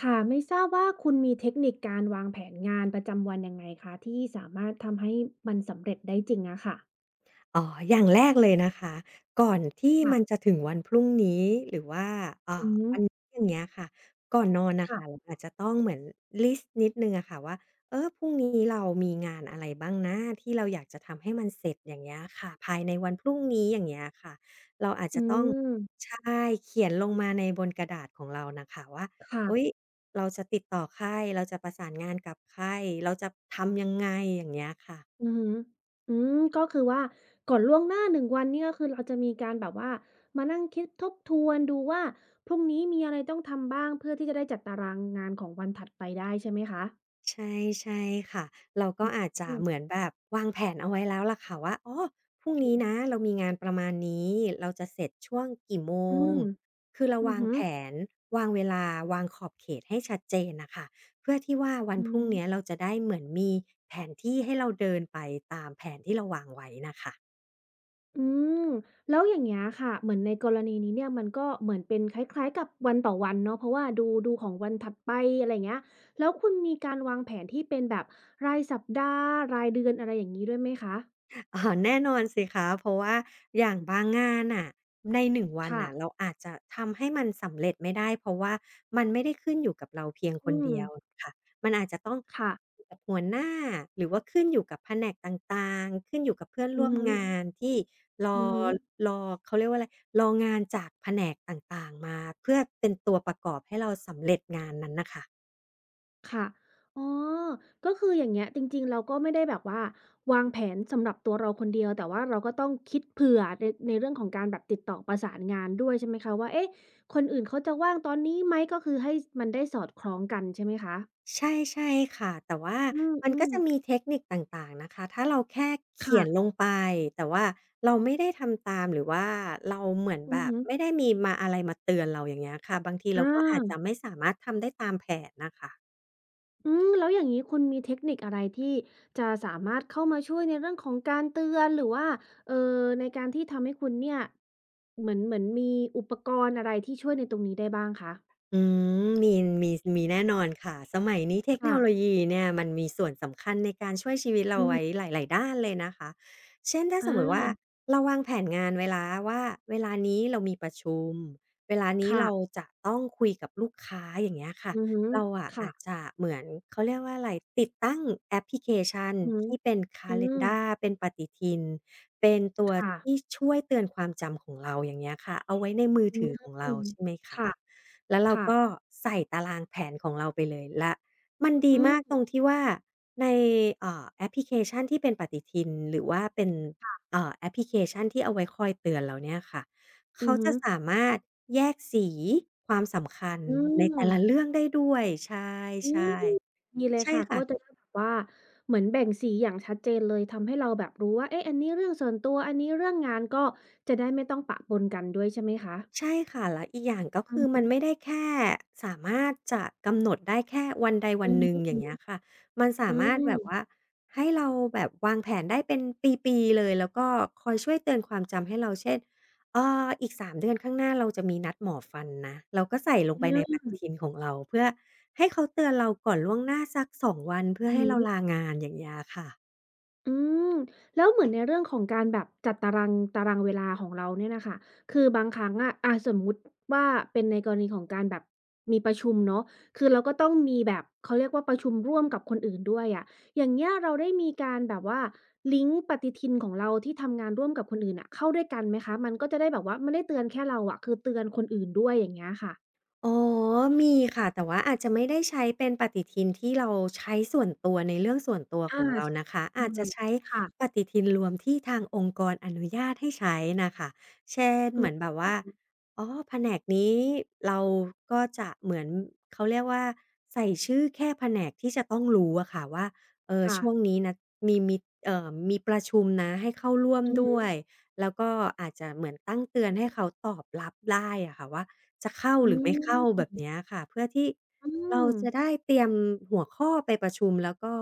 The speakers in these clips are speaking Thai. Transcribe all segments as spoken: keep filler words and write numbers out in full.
ค่ะไม่ทราบว่าคุณมีเทคนิคการวางแผนงานประจำวันยังไงคะที่สามารถทำให้มันสำเร็จได้จริงอะค่ะอ๋ออย่างแรกเลยนะคะก่อนที่ค่ะมันจะถึงวันพรุ่งนี้หรือว่าอือ่าอฮึวันนี้อย่างเงี้ยค่ะก่อนนอนน่ะค่ะเราค่ะอาจจะต้องเหมือนลิสต์นิดหนึ่งอะค่ะว่าเออพรุ่งนี้เรามีงานอะไรบ้างนะที่เราอยากจะทำให้มันเสร็จอย่างเงี้ยค่ะภายในวันพรุ่งนี้อย่างเงี้ยค่ะเราอาจอืจะต้องมใช่เขียนลงมาในบนกระดาษของเราน่ะค่ะว่าเฮ้ยค่ะเราจะติดต่อใครเราจะประสานงานกับใครเราจะทำยังไงอย่างเงี้ยค่ะ อือฮึอืมก็คือว่าก่อนล่วงหน้าหนึ่งวันเนี่ก็คือเราจะมีการแบบว่ามานั่งคิดทบทวนดูว่าพรุ่งนี้มีอะไรต้องทำบ้างเพื่อที่จะได้จัดตารางงานของวันถัดไปได้ใช่ไหมคะใช่ใช่ค่ะเราก็อือาจจะเหมือนมแบบวางแผนเอาไว้แล้วล่ะค่ะว่าอ๋อพรุ่งนี้นะค่ะเรามีงานประมาณนี้เราจะเสร็จช่วงกี่โมอืงมคือเราอือวางฮึแผนวางเวลาวางขอบเขตให้ชัดเจนน่ะค่ะเพื่อที่ว่าวันอืพรุ่งเนี้ยม เราจะได้เหมือนมีแผนที่ให้เราเดินไปตามแผนที่เราวางไว้น่ะค่ะ อืมแล้วอย่างเงี้ยค่ะเหมือนในกรณีนี้เนี่ยมันก็เหมือนเป็นคล้ายๆกับวันต่อวันเนาะเพราะว่าดูดูของวันถัดไปอะไรอย่างเงี้ยแล้วคุณมีการวางแผนที่เป็นแบบรายสัปดาห์รายเดือนอะไรอย่างงี้ด้วยไหมคะอ๋อแน่นอนสิคะเพราะว่าอย่างบางงานน่ะในหนึ่งวันค่ะน่ะเราอาจจะทำให้มันสำเร็จไม่ได้เพราะว่ามันไม่ได้ขึ้นอยู่กับเราเพียงคอืนมเดียวค่ะมันอาจจะต้องค่ะอยู่กับหัวหน้าหรือว่าขึ้นอยู่กับแผนกต่างๆขึ้นอยู่กับเพื่อนอืร่อวมฮึงานที่รอืออฮึ รอเขาเรียกว่าอะไรรองานจากแผนกต่างๆมาเพื่อเป็นตัวประกอบให้เราสำเร็จงานนั้นนะคะ ค่ะอ๋อก็คืออย่างเงี้ยจริงๆ เราก็ไม่ได้แบบว่าวางแผนสำหรับตัวเราคนเดียวแต่ว่าเราก็ต้องคิดเผื่อในในเรื่องของการแบบติดต่อประสานงานด้วยใช่ไหมคะว่าเอ๊ะคนอื่นเขาจะว่างตอนนี้ไหมก็คือให้มันได้สอดคล้องกันใช่ไหมคะใช่ใช่ค่ะแต่ว่าอืมันก็มจะมีๆเทคนิคต่างๆนะคะถ้าเราแค่เขียนลค่ะงไปแต่ว่าเราไม่ได้ทำตามหรือว่าเราเหมือนอืแบอบฮึไม่ได้มีมาอะไรมาเตือนเราอย่างเงี้ยค่ะบางทีอาเราก็อาจจะไม่สามารถทำได้ตามแผนน่ะค่ะ อืมแล้วอย่างงี้คุณมีเทคนิคอะไรที่จะสามารถเข้ามาช่วยในเรื่องของการเตือนหรือว่าเอ่อในการที่ทำให้คุณเนี่ยเหมือนเหมือนมีอุปกรณ์อะไรที่ช่วยในตรงนี้ได้บ้างคะ อืมมีมีมีแน่นอนค่ะสมัยนี้เทคโนค่ะ โลยีเนี่ยมันมีส่วนสำคัญในการช่วยชีวิตเราอือฮึไว้หลายๆด้านเลยนะคะเช่นถ้าสมมติว่าอาเราวางแผนงานเวลาว่าเวลานี้เรามีประชุมเวลานี้ค่ะ เราจะต้องคุยกับลูกค้าอย่างเงี้ยค่ะอือฮึเราอะอาจค่ะจะเหมือนเขาเรียกว่าอะไรติดตั้งแอปพลิเคชันอือฮึที่เป็น อืม แคเลนดาร์ เป็นปฏิทินเป็นตัวค่ะที่ช่วยเตือนความจำของเราอย่างเงี้ยค่ะเอาไว้ในมืออืถือของเรามใช่ไหมคะ ค่ะแล้วเราค่ะก็ใส่ตารางแผนของเราไปเลยและมันดีอืมากตมรงที่ว่าในเอ่อแอปพลิเคชันที่เป็นปฏิทินหรือว่าเป็นเอ่อแอปพลิเคชันที่เอาไว้คอยเตือนเราเนี่ยค่ะ อืเขาอฮึจะสามารถแยกสีความสำคัญอืในมแต่ละเรื่องได้ด้วยใช่อืมดีเลๆยใช่ค่ะก็จะค่ะ ได้แบบว่าเหมือนแบ่งสีอย่างชัดเจนเลย ทำให้เราแบบรู้ว่าเอ๊ะอันนี้เรื่องส่วนตัว อันนี้เรื่องงานก็จะได้ไม่ต้องปะปนกันด้วยใช่ไหมคะ ใช่ค่ะแล้วอีกอย่างก็อืคืออฮึมันไม่ได้แค่สามารถจะกำหนดได้แค่วันใดวัอืนอหนึ่งอย่างฮึเงี้ยค่ะมันๆสาอืมารถแบมบว่าให้เราแบบวางแผนได้เป็นปีๆเลยแล้วก็คอยช่วยเตือนความจำให้เราเช่นเอ่ออีกสามเดือนข้างหน้าเราจะมีนัดหมอฟันนะเราก็ใส่ลงอไปในปาฏิทินของเราเพื่อให้เขาเตือนเราก่อนล่วงหน้าสักสองวันเพื่ออือให้เราฮึ ลางานอย่างเงี้ยค่ะ อืมแล้วเหมือนในเรื่องของการแบบจัดตารางตารางเวลาของเราเนี่ยน่ะค่ะคือบางครั้งอะอาสมมุติว่าเป็นในกรณีของการแบบมีประชุมเนาะคือเราก็ต้องมีแบบเขาเรียกว่าประชุมร่วมกับคนอื่นด้วยอะอย่างเงี้ยเราได้มีการแบบว่าลิงก์ปฏิทินของเราที่ทำงานร่วมกับคนอื่นน่ะเข้าด้วยกันไหมคะมันก็จะได้แบบว่าไม่ได้เตือนแค่เราอะคือเตือนคนอื่นด้วยอย่างเงี้ยค่ะอ๋อมีค่ะ แต่ว่าอาจจะไม่ได้ใช้เป็นปฏิทินที่เราใช้ส่วนตัวในเรื่องส่วนตัวขอาองเราชนะคะ เออาจจะอใช้ปค่ะฏิทินรวมที่ทางองค์กรอนุญาตให้ใช้น่ะค่ะเช่นอืเหมือนแบบว่ามอ๋อแผนกนี้เราก็จะเหมือนเขาเรียกว่าใส่ชื่อแค่แผนกที่จะต้องรู้อะค่ะว่าเออค่ะช่วงนี้นะมีมิตเอ่อมีประชุมนะให้เข้าร่วมอือด้ฮึวย แล้วก็อาจจะเหมือนตั้งเตือนให้เขาตอบรับได้อะค่ะว่า จะเข้าอืหรือไม่เข้าแบมบเนี้ยค่ะเพื่อที่อืเราม จะได้เตรียมหัวข้อไปประชุมแล้วก็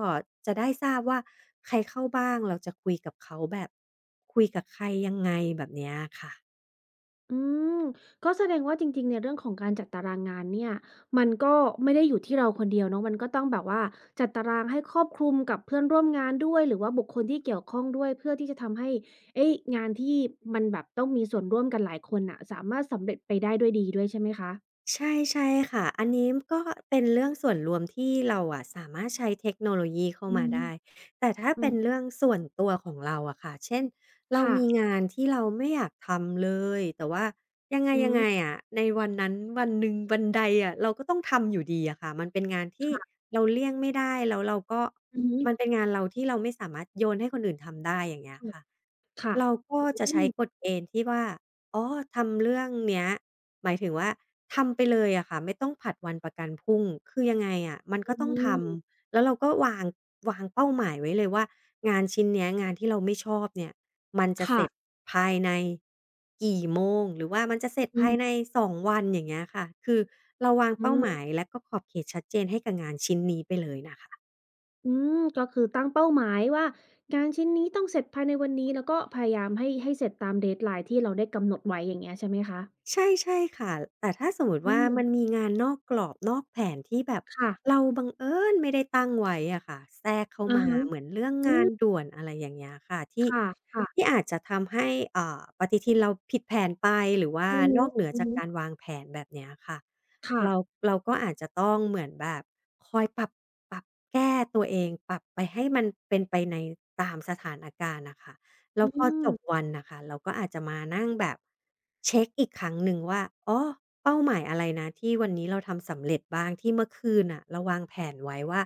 จะได้ทราบว่าใครเข้าบ้างเราจะคุยกับเขาแบบคุยกับใครยังไงแบบเนี้ยค่ะ อืมก็แสดงว่าจริงๆในเรื่องของการจัดตารางงานเนี่ยมันก็ไม่ได้อยู่ที่เราคนเดียวเนาะมันก็ต้องแบบว่าจัดตารางให้ครอบคลุมกับเพื่อนร่วมงานด้วยหรือว่าบุคคลที่เกี่ยวข้องด้วยเพื่อที่จะทำให้เอ๊ยงานที่มันแบบต้องมีส่วนร่วมกันหลายคนน่ะสามารถสำเร็จไปได้ด้วยดีด้วยใช่ไหมคะใช่ใช่ค่ะอันนี้ก็เป็นเรื่องส่วนรวมที่เราอะสามารถใช้เทคโนโลยีเข้าอืมามได้แต่ถ้าอืเป็อนเรื่องฮึส่วนตัวของเราอะค่ะเช่นเราค่ะมีงานที่เราไม่อยากทำเลยแต่ว่ายังไงอืยังมไงอะในวันนั้นวันหนึ่งวันใดอะเราก็ต้องทำอยู่ดีอะค่ะมันเป็นงานที่ค่ะเราเลี่ยงไม่ได้แล้วเราก็อือฮึมันเป็นงานเราที่เราไม่สามารถโยนให้คนอื่นทำได้อย่างเงี้ยค่ะค่ะค่ะเราก็อืจะมใช้กฎเกณฑ์ที่ว่า อ๋อทำเรื่องเนี้ยหมายถึงว่าทำไปเลยอะค่ะไม่ต้องผัดวันประกันพรุ่งคือยังไงอะมันก็อืต้องทมำแล้วเราก็วางวางเป้าหมายไว้เลยว่างานชิ้นเนี้ยงานที่เราไม่ชอบเนี่ยมันจะเสค่ะร็จภายในกี่โมงหรือว่ามันจะเสร็จอืภายในมสองวันอย่างเงี้ยค่ะคือเราวางอืเป้าหมาม ยและก็ขอบเขตชัดเจนให้กับงานชิ้นนี้ไปเลยน่ะค่ะ อืมก็คือตั้งเป้าหมายว่างานชิ้นนี้ต้องเสร็จภายในวันนี้แล้วก็พยายามให้ให้เสร็จตาม deadline ที่เราได้กำหนดไว้อย่างเงี้ยใช่ไหมคะใช่ใช่ค่ะแต่ถ้าสมมุติอืว่ามันมมีงานนอกกรอบนอกแผนที่แบบค่ะเราบังเอิญไม่ได้ตั้งไว้อะค่ะแทรกเข้าอะมาฮะเหมือนเรื่องอืงานมด่วนอะไรอย่างเงี้ยค่ะที่ค่ะๆที่อาจจะทำให้อ่าปฏิทินเราผิดแผนไปหรือว่าอือนฮึอกเหนืออือจากฮึการวางแผนแบบเนี้ยค่ะค่ะเราเราก็อาจจะต้องเหมือนแบบคอยปรับปรับแก้ตัวเองปรับไปให้มันเป็นไปในตามสถานการณ์น่ะค่ะ แล้อืวพอมจบวันน่ะค่ะเราก็อาจจะมานั่งแบบเช็กอีกครั้งหนึ่งว่าอ๋อเป้าหมายอะไรนะที่วันนี้เราทำสำเร็จบ้างที่เมื่อคืนน่ะเราวางแผนไว้ว่า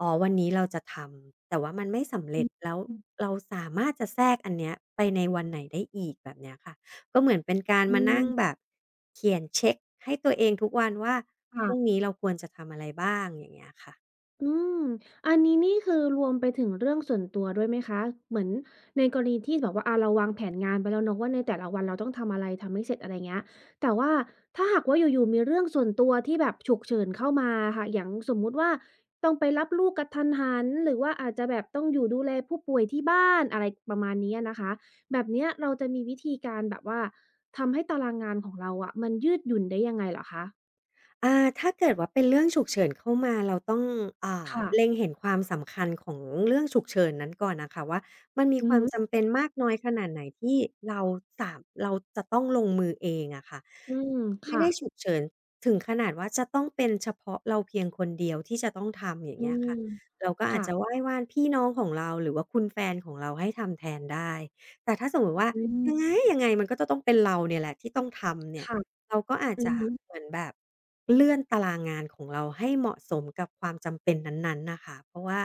อ๋อวันนี้เราจะทำแต่ว่ามันไม่สำอืเร็จอแล้วเราสามารถจะแทรกอันเนี้ยไปในวันไหนได้อีกแบบเนี้ยค่ะก็เหมือนเป็นการอืมามนั่งแบบเขียนเช็กให้ตัวเองทุกวันว่าพรุ่งค่ะ นี้เราควรจะทำอะไรบ้างอย่างเงี้ยค่ะ อืมอันนี้นี่คือรวมไปถึงเรื่องส่วนตัวด้วยไหมคะ เหมือนในกรณีที่แบบว่าอาเราวางแผนงานไปแล้วเนาะว่าในแต่ละวันเราต้องทำอะไรทำให้เสร็จอะไรเงี้ย แต่ว่าถ้าหากว่าอยู่ๆมีเรื่องส่วนตัวที่แบบฉุกเฉินเข้ามาอะค่ะอย่างสมมุติว่าต้องไปรับลูกกะทันหันหรือว่าอาจจะแบบต้องอยู่ดูแลผู้ป่วยที่บ้านอะไรประมาณนี้อะนะคะแบบเนี้ยเราจะมีวิธีการแบบว่าทำให้ตารางงานของเราอะมันยืดหยุ่นได้ยังไงเหรอคะอ่าถ้าเกิดว่าเป็นเรื่องฉุกเฉินเข้ามาเราต้องอ่าค่ะเล็งเห็นความสำคัญของเรื่องฉุกเฉินนั้นก่อนน่ะค่ะว่ามันมีอืคอวามฮึจำเป็นมากน้อยขนาดไหนที่เราสามเราจะต้องลงมือเองอะค่ะอืมไม่ค่ะ ได้ฉุกเฉินถึงขนาดว่าจะต้องเป็นเฉพาะเราเพียงคนเดียวที่จะต้องทำอย่างอืเงี้ยมค่ะเราก็อาจจะไหว้ค่ะ วานพี่น้องของเราหรือว่าคุณแฟนของเราให้ทำแทนได้แต่ถ้าสมมุติว่าอืยัม งไงยังไงมันก็จะต้องเป็นเราเนี่ยแหละที่ต้องทำเนี่ย ค่ะเราก็อาจอือจะฮึเหมือนแบบเลื่อนตารางงานของเราให้เหมาะสมกับความจำเป็นนั้นๆน่ะค่ะเพราะว่า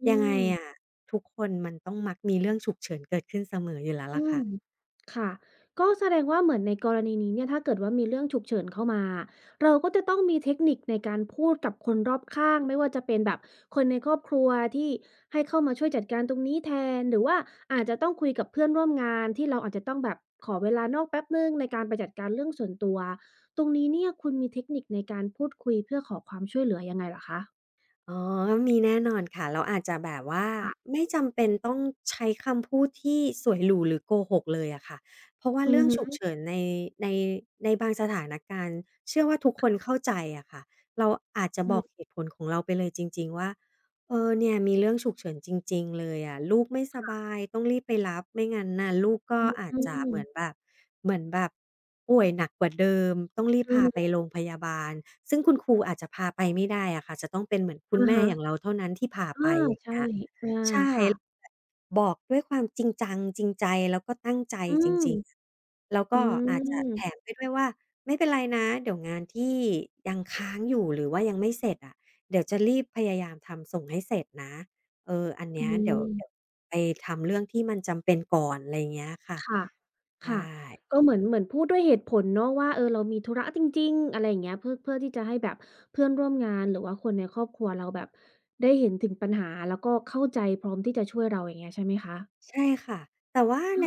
อืยังไงมออะทุกคนมันต้องมักมีเรื่องฉุกเฉินเกิดขึ้นเสมออยู่แล้วล่ะอืค่ะมค่ะก็แสดงว่าเหมือนในกรณีนี้เนี่ยถ้าเกิดว่ามีเรื่องฉุกเฉินเข้ามาเราก็จะต้องมีเทคนิคในการพูดกับคนรอบข้างไม่ว่าจะเป็นแบบคนในครอบครัวที่ให้เข้ามาช่วยจัดการตรงนี้แทนหรือว่าอาจจะต้องคุยกับเพื่อนร่วมงานที่เราอาจจะต้องแบบขอเวลานอกแป๊บหนึ่งในการไปจัดการเรื่องส่วนตัวตรงนี้เนี่ยคุณมีเทคนิคในการพูดคุยเพื่อขอความช่วยเหลือยังไงเหรอคะอ๋อมีแน่นอนค่ะเราอาจจะแบบว่าค่ะไม่จำเป็นต้องใช้คำพูดที่สวยหรูหรือโกหกเลยอะค่ะเพราะว่าอืเรื่อองฉุกฮึเฉินในในในบางสถานการณ์เชื่อว่าทุกคนเข้าใจอะค่ะเราอาจจะอือบอกฮึ เหตุผลของเราไปเลยจริงๆว่า เออเนี่ยมีเรื่องฉุกเฉินจริงๆเลยอะลูกไม่สบายต้องรีบไปรับไม่งั้นน่ะลูกก็อาจอืจะเหมมือนแบบเหมือนแบบป่วยหนักกว่าเดิมต้องรีบอือพาไปฮึโรงพยาบาลซึ่งคุณครูอาจจะพาไปไม่ได้อะค่ะจะต้องเป็นเหมือนคุณอะแม่ฮะอย่างเราเท่านั้นที่พาไปอาอย่างใช่เงี้ยอาใช่ค่ะบอกด้วยความจริงจังจริงใจแล้วก็ตั้งใจอืจมริงๆแล้วอืก็อาจจะมแถมไปด้วยว่าไม่เป็นไรนะเดี๋ยวงานที่ยังค้างอยู่หรือว่ายังไม่เสร็จอะ เดี๋ยวจะรีบพยายามทำส่งให้เสร็จนะเอออันอืเนี้ยเดี๋ยวมเดี๋ยวไปทำเรื่องที่มันจำเป็นก่อนอะไรอย่างเงี้ยค่ะค่ะไดค่ะ้ ก็เหมือนเหมือนพูดด้วยเหตุผลเนาะว่าเออเรามีธุระจริงๆอะไรอย่างเงี้ยเพื่อเพื่อที่จะให้แบบเพื่อนร่วมงานหรือว่าคนในครอบครัวเราแบบได้เห็นถึงปัญหาแล้วก็เข้าใจพร้อมที่จะช่วยเราอย่างเงี้ยใช่ไหมคะใช่ค่ะแต่ว่าอใน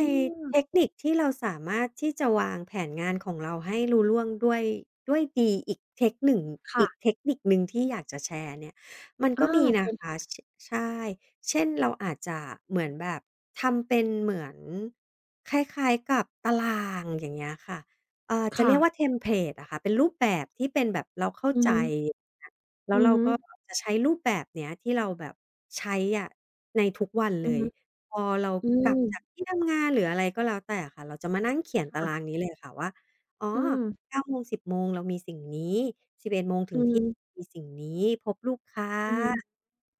เทคนิคที่เราสามารถที่จะวางแผนงานของเราให้รูล่วงด้วยด้วยดีอีกเทคหนึ่งอีกเทค่ะคนิคหนึ่งที่อยากจะแชร์เนี่ยมันอาก็มีนะเชิญคะค่ะชใช่เช่นเราอาจจะเหมือนแบบทำเป็นเหมือนคล้ายๆกับตารางอย่างเงี้ยค่ะเอ่อจะค่ะเรียกว่าเทมเพลตอะค่ะเป็นรูปแบบที่เป็นแบบเราเข้าอือใจฮึแล้วอือเราฮึก็จะใช้รูปแบบเนี้ยที่เราแบบใช้อะในทุกวันอืเลอย ฮึพอเราอืกลับมจากที่ทำงานหรืออะไรก็แล้วแต่ค่ะเราจะมานั่งเขียนตารางค่ะนี้เลยค่ะว่าอ๋ออืมเก้าโมงสิบโมงเรามีสิ่งนี้ สิบเอ็ดโมงถึอืงเที่ยงมมีสิ่งนี้พบลูกค้าอือฮึ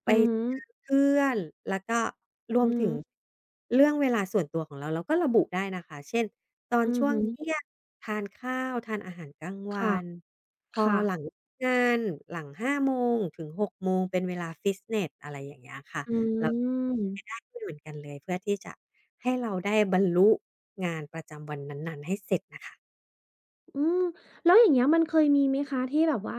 ไปอือฮึเจอเพื่อนแล้วก็รวมอืถึม งเรื่องเวลาส่วนตัวของเราเราก็ระบุได้นะคะ เช่น ตอนอือช่วงฮึเที่ยงทานข้าวทานอาหารกลางวัค่ะนพอค่ะหลังงานหลังห้าโมงถึงหกโมงเป็นเวลาฟิตเนสอะไรอย่างเงี้ยค่ะ อืแล้วไปได้ม ด้วยเหมือนกันเลยเพื่อที่จะให้เราได้บรรลุงานประจำวันนั้นๆให้เสร็จน่ะค่ะอืม แล้วอย่างเงี้ยมันเคยมีไหมคะที่แบบว่า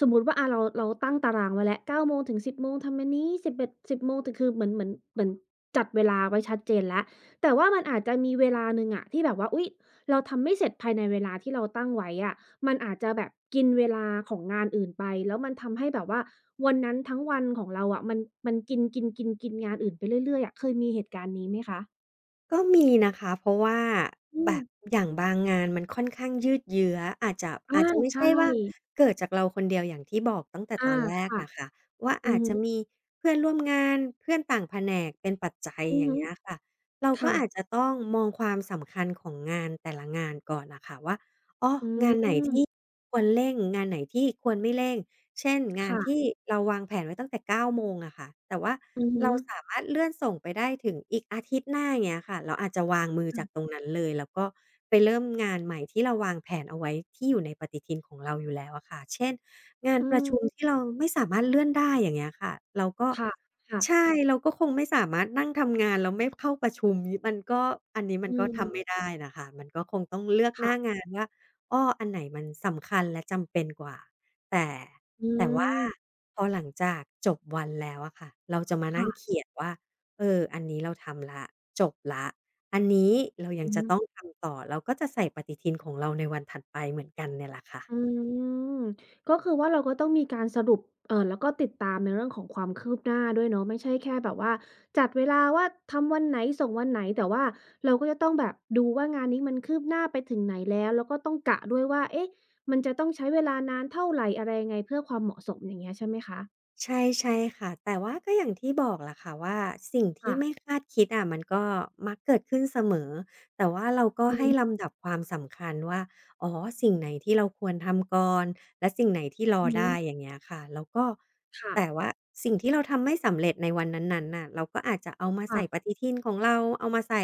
สมมุติว่าอาเราเราตั้งตารางไว้แล้วเก้าโมงถึงสิบโมงทำอันนี้สิบเอ็ดสิบโมงถึงคือเหมือนเหมือนเหมือนจัดเวลาไว้ชัดเจนแล้วแต่ว่ามันอาจจะมีเวลาหนึ่งอะที่แบบว่าอุ๊ยเราทำไม่เสร็จภายในเวลาที่เราตั้งไว้อะมันอาจจะแบบกินเวลาของงานอื่นไปแล้วมันทำให้แบบว่าวันนั้นทั้งวันของเราอะมันมันกินๆๆๆงานอื่นไปเรื่อยๆอะเคยมีเหตุการณ์นี้ไหมคะก็มีนะคะเพราะว่าอืแบม บอย่างบางงานมันค่อนข้างยืดเยื้ออาจจะอาอาจจะไม่ใช่ใช่ว่าเกิดจากเราคนเดียวอย่างที่บอกตั้งแต่อาตอนแรกค่ะนะคะว่าอืออาจฮึจะมีเพื่อนร่วมงานเพื่อนต่างแผนกเป็นปัจจัยอืออย่างฮึเงี้ยค่ะเราก็ค่ะอาจจะต้องมองความสำคัญของงานแต่ละงานก่อนน่ะค่ะว่า อ๋ออืงานไหนที่มควรเร่งงานไหนที่ควรไม่เร่งเช่นงานที่ค่ะเราวางแผนไว้ตั้งแต่เก้าโมงอะค่ะแต่ว่าอือฮึเราสามารถเลื่อนส่งไปได้ถึงอีกอาทิตย์หน้าอย่างเงี้ยค่ะเราอาจจะวางมืออืจากตรมงนั้นเลยแล้วก็ไปเริ่มงานใหม่ที่เราวางแผนเอาไว้ที่อยู่ในปฏิทินของเราอยู่แล้วอะค่ะเช่นงานอืประมชุมที่เราไม่สามารถเลื่อนได้อย่างเงี้ยค่ะเราก็ค่ะค่ะใช่เราก็คงไม่สามารถนั่งทำงานแล้วไม่เข้าประชุมงี้มันก็อันนี้มัอืนก็ทำไม่มได้นะคะมันก็คงต้องเลือกหน้าค่ะงานว่า อ้ออันไหนมันสำคัญและจำเป็นกว่าแต่อืแต่ว่ามพอหลังจากจบวันแล้วอะค่ะเราจะมานั่งค่ะเขียนว่าเอออันนี้เราทำแล้วจบแล้วอันนี้เรายังอืจะต้องม ทำต่อเราก็จะใส่ปฏิทินของเราในวันถัดไปเหมือนกันเนี่ยแหละค่ะ อืมก็คือว่าเราก็ต้องมีการสรุปเอ่อแล้วก็ติดตามในเรื่องของความคืบหน้าด้วยเนาะไม่ใช่แค่แบบว่าจัดเวลาว่าทำวันไหนส่งวันไหนแต่ว่าเราก็จะต้องแบบดูว่างานนี้มันคืบหน้าไปถึงไหนแล้วแล้วก็ต้องกะด้วยว่าเอ๊ะมันจะต้องใช้เวลานานเท่าไรอะไรยังไงเพื่อความเหมาะสมอย่างเงี้ยใช่ไหมคะใช่ใช่ค่ะแต่ว่าก็อย่างที่บอกแหละค่ะว่าสิ่งที่ค่ะไม่คาดคิดอะมันก็มักเกิดขึ้นเสมอแต่ว่าเราก็อือให้ลำดับความสำคัญว่าอ๋อสิ่งไหนที่เราควรทำก่อนและสิ่งไหนที่ฮรอึๆได้อย่างเงี้ยค่ะแล้วก็ค่ะแต่ว่าสิ่งที่เราทำไม่สำเร็จในวันนั้นๆน่ะเราก็อาจจะเอามาใส่ปค่ะฏิทินของเราเอามาใส่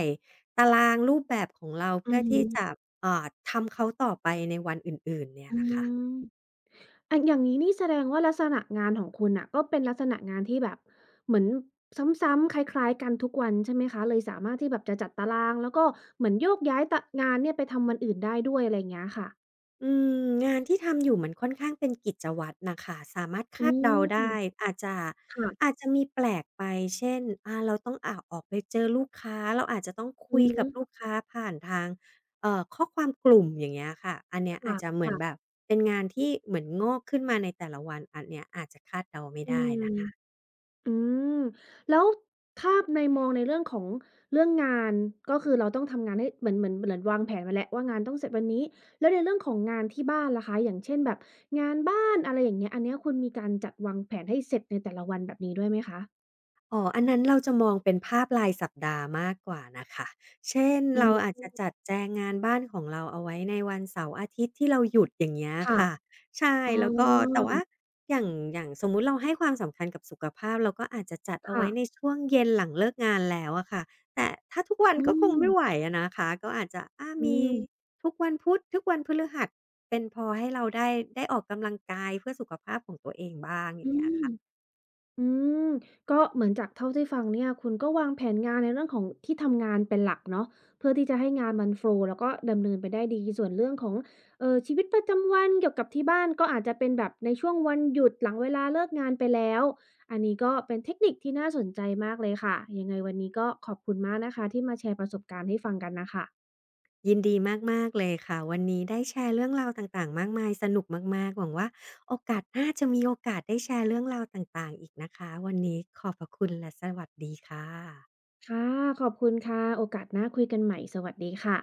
ตารางรูปแบบของเราอืเพื่ออฮึที่จะอ่าทำเขาต่อไปในวันอื่นๆเนี่ยอืแหละค่ะ ม อันอย่างนี้นี่แสดงว่าลักษณะงานของคุณน่ะก็เป็นลักษณะงานที่แบบเหมือนซ้ำๆคล้ายๆกันทุกวันใช่ไหมคะเลยสามารถที่แบบจะจัดตารางแล้วก็เหมือนโยกย้ายตะงานเนี่ยไปทำวันอื่นได้ด้วยอะไรอย่างเงี้ยค่ะอืมงานที่ทำอยู่มันค่อนข้างเป็นกิจวัตรน่ะค่ะสามารถอืคาดมเดาได้อาจจะค่ะอาจจะมีแปลกไปเช่นอาเราต้องอ่าออกไปเจอลูกค้าเราอาจจะต้องคุอืยอฮึกับลูกค้าผ่านทางเอ่อข้อความกลุ่มอย่างเงี้ยค่ะอันเนี้ยอาจจะเหมือนแบบค่ะเป็นงานที่เหมือนงอกขึ้นมาในแต่ละวันอันเนี้ยอาจจะคาดเดาไม่ๆอืได้ม นะ อืมแล้วถ้าในมองในเรื่องของเรื่องงานก็คือเราต้องทำงานให้เหมือนเหมือนเหมือนวางแผนมาแล้วว่างานต้องเสร็จวันนี้แล้วในเรื่องของงานที่บ้านล่ะคะอย่างเช่นแบบงานบ้านอะไรอย่างเงี้ยอันเนี้ยคุณมีการจัดวางแผนให้เสร็จในแต่ละวันแบบนี้ด้วยไหมคะอ๋ออันนั้นเราจะมองเป็นภาพรายสัปดาห์มากกว่าน่ะค่ะเช่นอืเราอาจมจะจัดแจงงานบ้านของเราเอาไว้ในวันเสาร์อาทิตย์ที่เราหยุดอย่างเงี้ยค่ะค่ะใช่อ๋อแล้วก็แต่ว่าอย่างอย่างสมมุติเราให้ความสำคัญกับสุขภาพเราก็อาจจะจัดเอาค่ะไว้ในช่วงเย็นหลังเลิกงานแล้วอะค่ะแต่ถ้าทุกวันอืก็คงมไม่ไหวอะนะคะก็อาจจะอาอืมีมทุกวันพุธทุกวันพฤหัสเป็นพอให้เราได้ได้ออกกำลังกายเพื่อสุขภาพของตัวเองบ้างอย่าอืงเงี้ยม ค่ะ อืมก็เหมือนจากเท่าที่ฟังเนี่ยคุณก็วางแผนงานในเรื่องของที่ทำงานเป็นหลักเนาะเพื่อที่จะให้งานมันโฟลว์แล้วก็ดำเนินไปได้ดีส่วนเรื่องของเอ่อชีวิตประจำวันเกี่ยวกับที่บ้านก็อาจจะเป็นแบบในช่วงวันหยุดหลังเวลาเลิกงานไปแล้วอันนี้ก็เป็นเทคนิคที่น่าสนใจมากเลยค่ะยังไงวันนี้ก็ขอบคุณมากนะคะที่มาแชร์ประสบการณ์ให้ฟังกันน่ะค่ะยินดีมากๆเลยค่ะวันนี้ได้แชร์เรื่องราวต่างๆมากมายสนุกมากๆ หวังว่าโอกาสหน้าจะมีโอกาสได้แชร์เรื่องราวต่างๆอีกนะคะวันนี้ขอบพระคุณและสวัสดีค่ะค่ะขอบคุณค่ะโอกาสหน้าคุยกันใหม่สวัสดีค่ะ